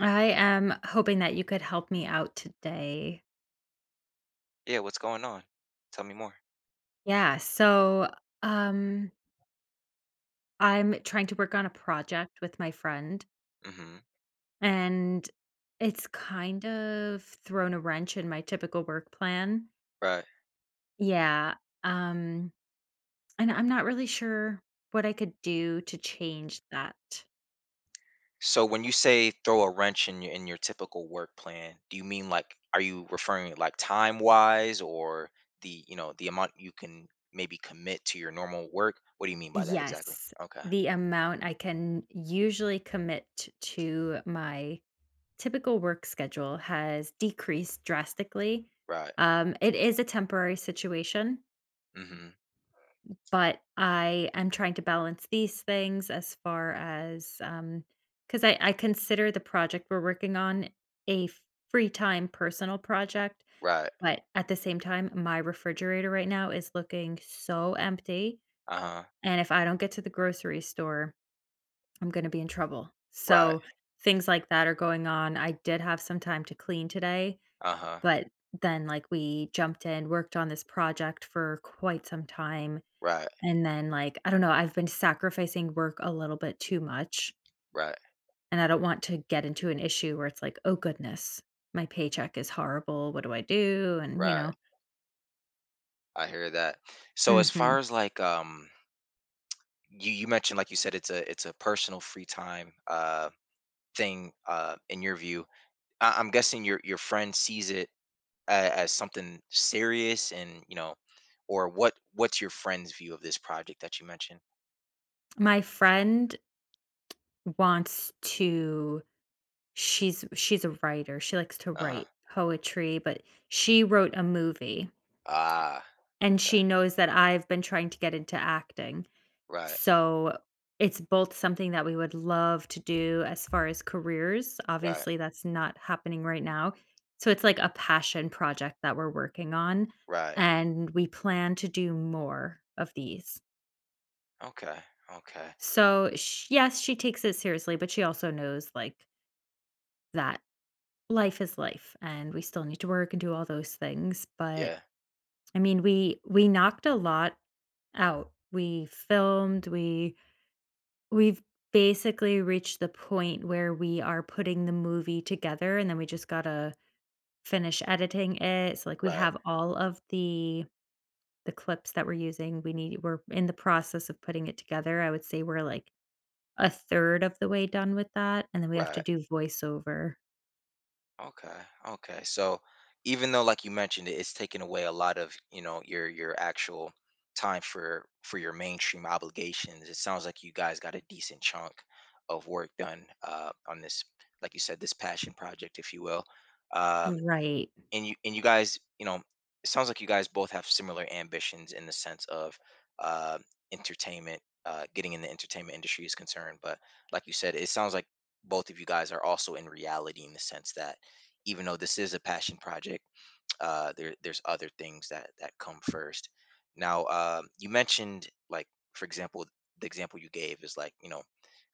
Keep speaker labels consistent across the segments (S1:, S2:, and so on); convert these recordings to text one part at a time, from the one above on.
S1: I am hoping that you could help me out today.
S2: Yeah, what's going on? Tell me more.
S1: Yeah, so um I'm trying to work on a project with my friend,
S2: Hmm.
S1: and it's kind of thrown a wrench in my typical work plan.
S2: Right.
S1: Yeah, um and I'm not really sure what I could do to change that.
S2: So when you say throw a wrench in your typical work plan, do you mean like are you referring like time wise or the the amount you can maybe commit to your normal work? What do you mean by that exactly?
S1: Yes,
S2: Okay.
S1: the amount I can usually commit to my typical work schedule has decreased drastically.
S2: Right.
S1: It is a temporary situation,
S2: Hmm.
S1: but I am trying to balance these things as far as, because I consider the project we're working on a free time personal project.
S2: Right.
S1: But at the same time, my refrigerator right now is looking so empty.
S2: Uh huh.
S1: And if I don't get to the grocery store, I'm going to be in trouble.
S2: Right.
S1: So things like that are going on. I did have some time to clean today.
S2: Uh huh.
S1: But then, like, we jumped in, worked on this project for quite some time,
S2: Right.
S1: and then, like, I don't know, I've been sacrificing work a little bit too much,
S2: Right.
S1: and I don't want to get into an issue where it's like, "Oh goodness, my paycheck is horrible. What do I do?" And, you
S2: Right.
S1: know
S2: I hear that. So as far
S1: Mhm.
S2: as like you mentioned like you said it's a personal free time thing in your view. I'm guessing your friend sees it as something serious, and or what? What's your friend's view of this project that you mentioned?
S1: My friend wants to she's a writer. She likes to
S2: Uh huh.
S1: write poetry, but she wrote a movie,
S2: Ah,
S1: and
S2: okay.
S1: she knows that I've been trying to get into acting.
S2: Right,
S1: So, it's both something that we would love to do as far as careers.
S2: right,
S1: Obviously that's not happening right now. So, it's like a passion project that we're working on,
S2: right.
S1: and we plan to do more of these.
S2: Okay, okay.
S1: So, sh yes, she takes it seriously, but she also knows, like, that life is life, and we still need to work and do all those things. But,
S2: Yeah,
S1: I mean, we knocked a lot out. We filmed, we've basically reached the point where we are putting the movie together, and then we just gotta finish editing it. So, like, we
S2: right,
S1: have all of the clips that we're using. We're in the process of putting it together. I would say we're, like, a third of the way done with that, and then we have to
S2: right.
S1: do voiceover.
S2: Okay. Okay. So even though like you mentioned it, it's taken away a lot of, your actual time for your mainstream obligations. It sounds like you guys got a decent chunk of work done on this like you said this passion project if you will. Um
S1: Right.
S2: and you guys, it sounds like you guys both have similar ambitions in the sense of uh, entertainment, getting in the entertainment industry is concerned. But like you said, it sounds like both of you guys are also in reality in the sense that even though this is a passion project, there's other things that come first. Now, you mentioned like for example, the example you gave is like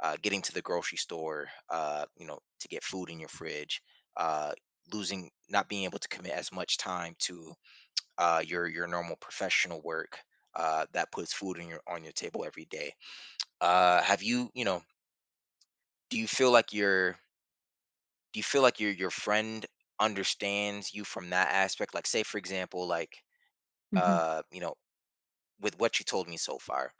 S2: getting to the grocery store, to get food in your fridge, uh, losing, not being able to commit as much time to your normal professional work that puts food in your on your table every day. Have you, you know, do you feel like your do you feel like your friend understands you from that aspect? Like, say for example, like
S1: Mhm.
S2: uh, you know, with what you told me so far.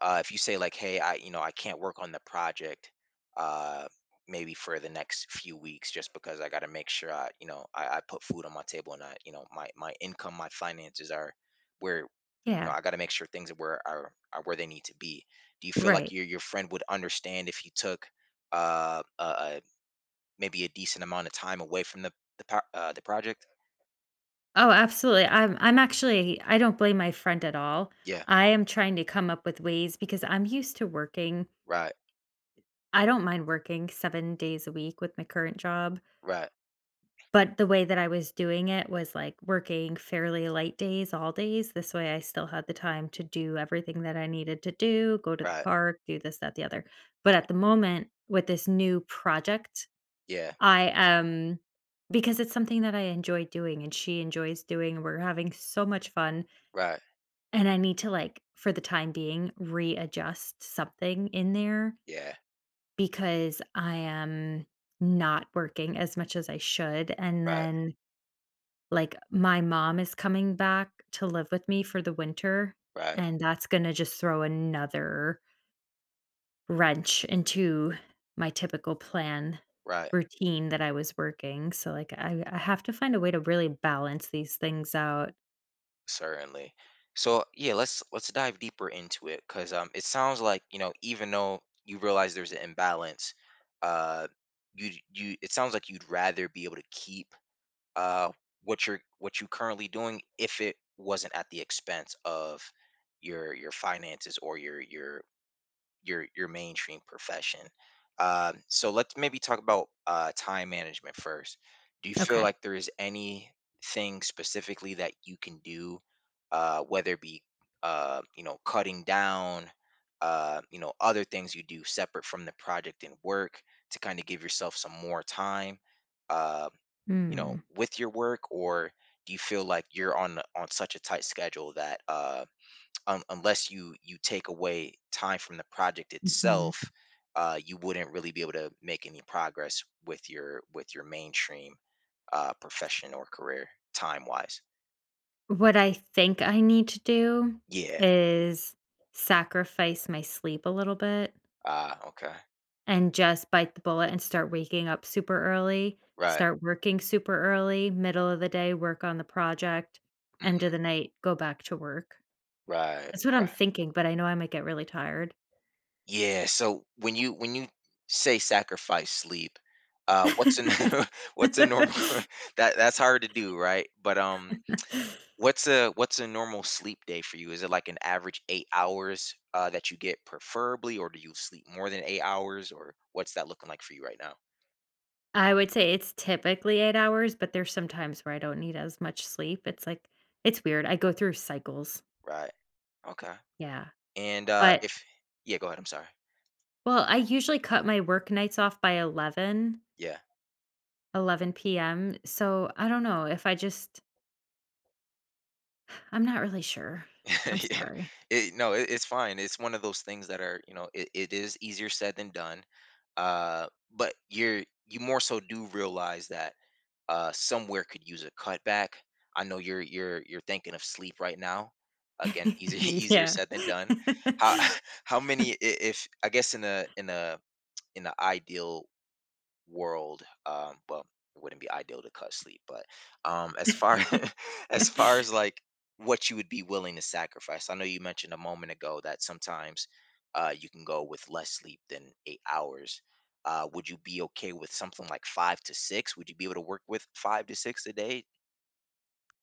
S2: If you say like, "Hey, I you know I can't work on the project uh maybe for the next few weeks just because I got to make sure I you know I put food on my table, and I you know my my income, my finances are where you know
S1: Yeah.
S2: i got to make sure things are where they need to be." Do you feel like
S1: Right.
S2: your friend would understand if you took a maybe a decent amount of time away from the project?
S1: Oh, absolutely. I'm actually, I don't blame my friend at all.
S2: Yeah,
S1: I am trying to come up with ways, because I'm used to working.
S2: right,
S1: I don't mind working 7 days a week with my current job,
S2: right,
S1: but the way that I was doing it was, like, working fairly light days, all days, this way I still had the time to do everything that I needed to do, go to the
S2: right, right,
S1: park, do this, that, the other. But at the moment, with this new project,
S2: yeah,
S1: I am, because it's something that I enjoy doing and she enjoys doing, and we're having so much fun,
S2: right,
S1: and I need to, like, for the time being, readjust something in there,
S2: yeah,
S1: because I am not working as much as I should. And
S2: right,
S1: then, like, my mom is coming back to live with me for the winter,
S2: right,
S1: and that's going to just throw another wrench into my typical plan
S2: right.
S1: routine that I was working. So, like, I have to find a way to really balance these things out.
S2: Certainly. So yeah, let's dive deeper into it, because it sounds like even though you realize there's an imbalance, uh, you you it sounds like you'd rather be able to keep uh what you're what you currently doing, if it wasn't at the expense of your finances or your mainstream profession. So let's maybe talk about time management first. Do you feel
S1: Okay.
S2: like there is anything specifically that you can do, whether it be cutting down, other things you do separate from the project and work, to kind of give yourself some more time, uh,
S1: Mm.
S2: with your work? Or do you feel like you're on such a tight schedule that un unless you take away time from the project
S1: Hmm. Mhm.
S2: itself, you wouldn't really be able to make any progress with your mainstream profession or career time wise?
S1: What I think I need to do
S2: Yeah.
S1: is sacrifice my sleep a little bit.
S2: Ah, okay.
S1: And just bite the bullet and start waking up super early,
S2: Right.
S1: start working super early, middle of the day, work on the project, end of the
S2: Hmm.
S1: night, go back to work.
S2: Right.
S1: That's what I'm
S2: Right.
S1: thinking, but I know I might get really tired.
S2: Yeah. So when you say sacrifice sleep,
S1: I
S2: what's a what's a normal that's hard to do, right? But what's a normal sleep day for you? Is it like an average 8 hours, that you get preferably, or do you sleep more than 8 hours, or what's that looking like for you right now?
S1: would say it's typically 8 hours, but there's some times where I don't need as much sleep. It's like it's weird. I go through cycles.
S2: Right. Okay.
S1: Yeah.
S2: And,
S1: But
S2: if— Yeah, go ahead, I'm sorry.
S1: well, I usually cut my work nights off by eleven,
S2: Yeah.
S1: eleven p.m., so I don't know if I'm not really sure. I'm
S2: Yeah.
S1: sorry.
S2: It No, it it's fine. It's one of those things that are, it is easier said than done, but you more so do realize that somewhere could use a cutback. I know you're thinking of sleep right now. Again, easier easier
S1: Yeah.
S2: said than done. How how many if, I guess, in a in an ideal world, well, it wouldn't be ideal to cut sleep, but as far as far as like what you would be willing to sacrifice. I know you mentioned a moment ago that sometimes you can go with less sleep than 8 hours. Would you be okay with something like five to six? Would you be able to work with five to six a day?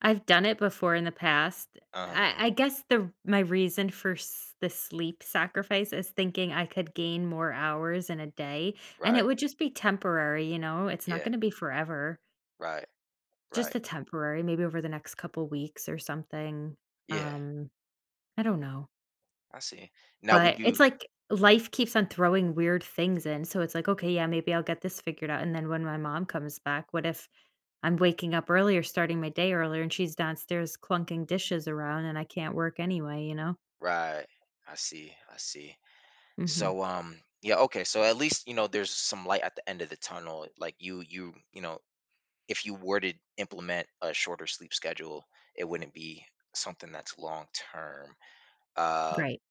S1: I've done it before in the past.
S2: uh
S1: I guess the my reason for s the sleep sacrifice is thinking I could gain more hours in a day, and
S2: right.
S1: it would just be temporary, you know? It's not
S2: Yeah,
S1: gonna be forever.
S2: right,
S1: Just
S2: right,
S1: a temporary, maybe over the next couple weeks or something.
S2: yeah.
S1: Um, I don't know.
S2: I see. Now would
S1: But
S2: you—
S1: it's like life keeps on throwing weird things in, so it's like, "Okay, yeah, maybe I'll get this figured out," and then when my mom comes back, what if I'm waking up earlier, starting my day earlier, and she's downstairs clunking dishes around, and I can't work anyway, you know?
S2: right. I see, I see.
S1: Mhm.
S2: So yeah, okay. So at least, there's some light at the end of the tunnel. Like if you were to implement a shorter sleep schedule, it wouldn't be something that's long term. Uh
S1: Right.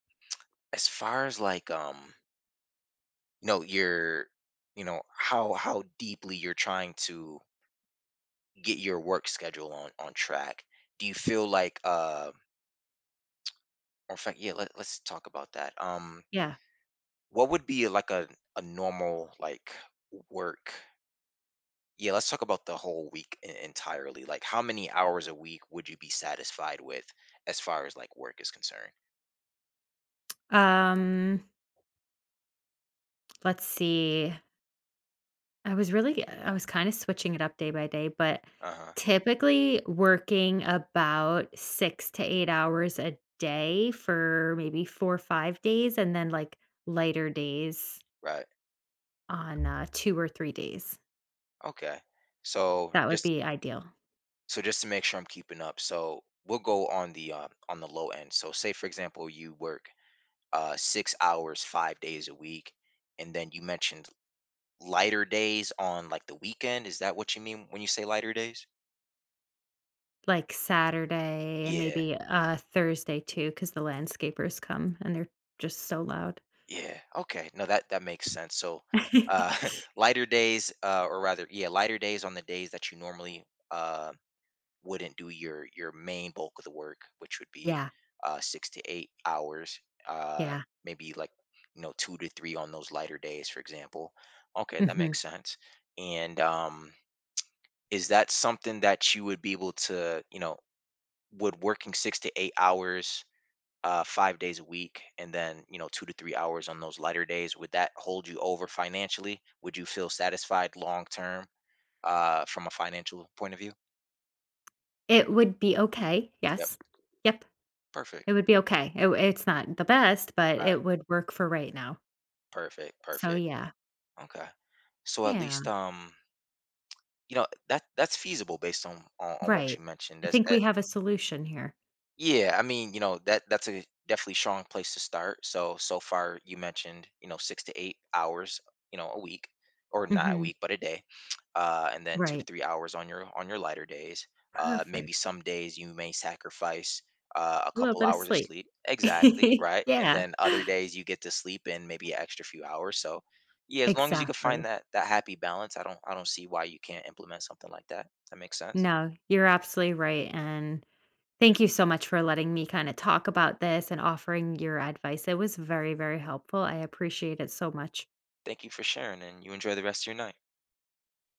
S2: as far as like you know, your how deeply you're trying to get your work schedule on track. Do you feel like or— in fact, yeah, let's talk about that.
S1: Yeah.
S2: What would be like a normal like work— Yeah, let's talk about the whole week entirely. Like, how many hours a week would you be satisfied with, as far as like work is concerned?
S1: Um, let's see. I was kind of switching it up day by day, but
S2: Uh-huh.
S1: typically working about 6 to 8 hours a day for maybe 4 or 5 days, and then, like, lighter days
S2: Right.
S1: on, 2 or 3 days.
S2: Okay. So
S1: That would
S2: just—
S1: be ideal.
S2: to make sure I'm keeping up. So we'll go on the, low end. So say for example, you work 6 hours 5 days a week, and then you mentioned lighter days on like the weekend. Is that what you mean when you say lighter days?
S1: Like Saturday and
S2: Yeah.
S1: maybe, Thursday too, because the landscapers come and they're just so loud.
S2: Yeah. Okay. No, that makes sense. So, uh, lighter days, or rather, yeah, lighter days on the days that you normally uh, wouldn't do your main bulk of the work, which would be
S1: Yeah,
S2: 6 to 8 hours, uh,
S1: yeah,
S2: maybe like two to three on those lighter days, for example. Okay, that
S1: mhm.
S2: makes sense. And is that something that you would be able to, would working 6 to 8 hours 5 days a week and then 2 to 3 hours on those lighter days, would that hold you over financially? Would you feel satisfied long term from a financial point of view?
S1: It would be okay,
S2: Yep.
S1: yes. Yep,
S2: Perfect.
S1: it would be okay. It's not the best, but
S2: Right,
S1: it would work for right now.
S2: perfect,
S1: So,
S2: perfect.
S1: yeah.
S2: Okay, so at
S1: Yeah,
S2: least that's feasible based on what you
S1: right.
S2: mentioned.
S1: I
S2: As
S1: think we have a solution here.
S2: Yeah, I mean, that's a definitely strong place to start. So, so far you mentioned, 6 to 8 hours, a week— or not a
S1: Mhm,
S2: week, but a day. And then two to
S1: right.
S2: three hours on your lighter days. Maybe
S1: Perfect.
S2: some days you may sacrifice a
S1: A little
S2: couple
S1: bit of
S2: hours of
S1: sleep.
S2: sleep. Exactly, right? And
S1: Yeah.
S2: then other days you get to sleep in maybe an extra few hours. So yeah, as long as you can find
S1: Exactly.
S2: that happy balance, I don't see why you can't implement something like that. That makes sense.
S1: No, you're absolutely right, and thank you so much for letting me kind of talk about this and offering your advice. It was very, very helpful. I appreciate it so much.
S2: Thank you for sharing, and you enjoy the rest of your night.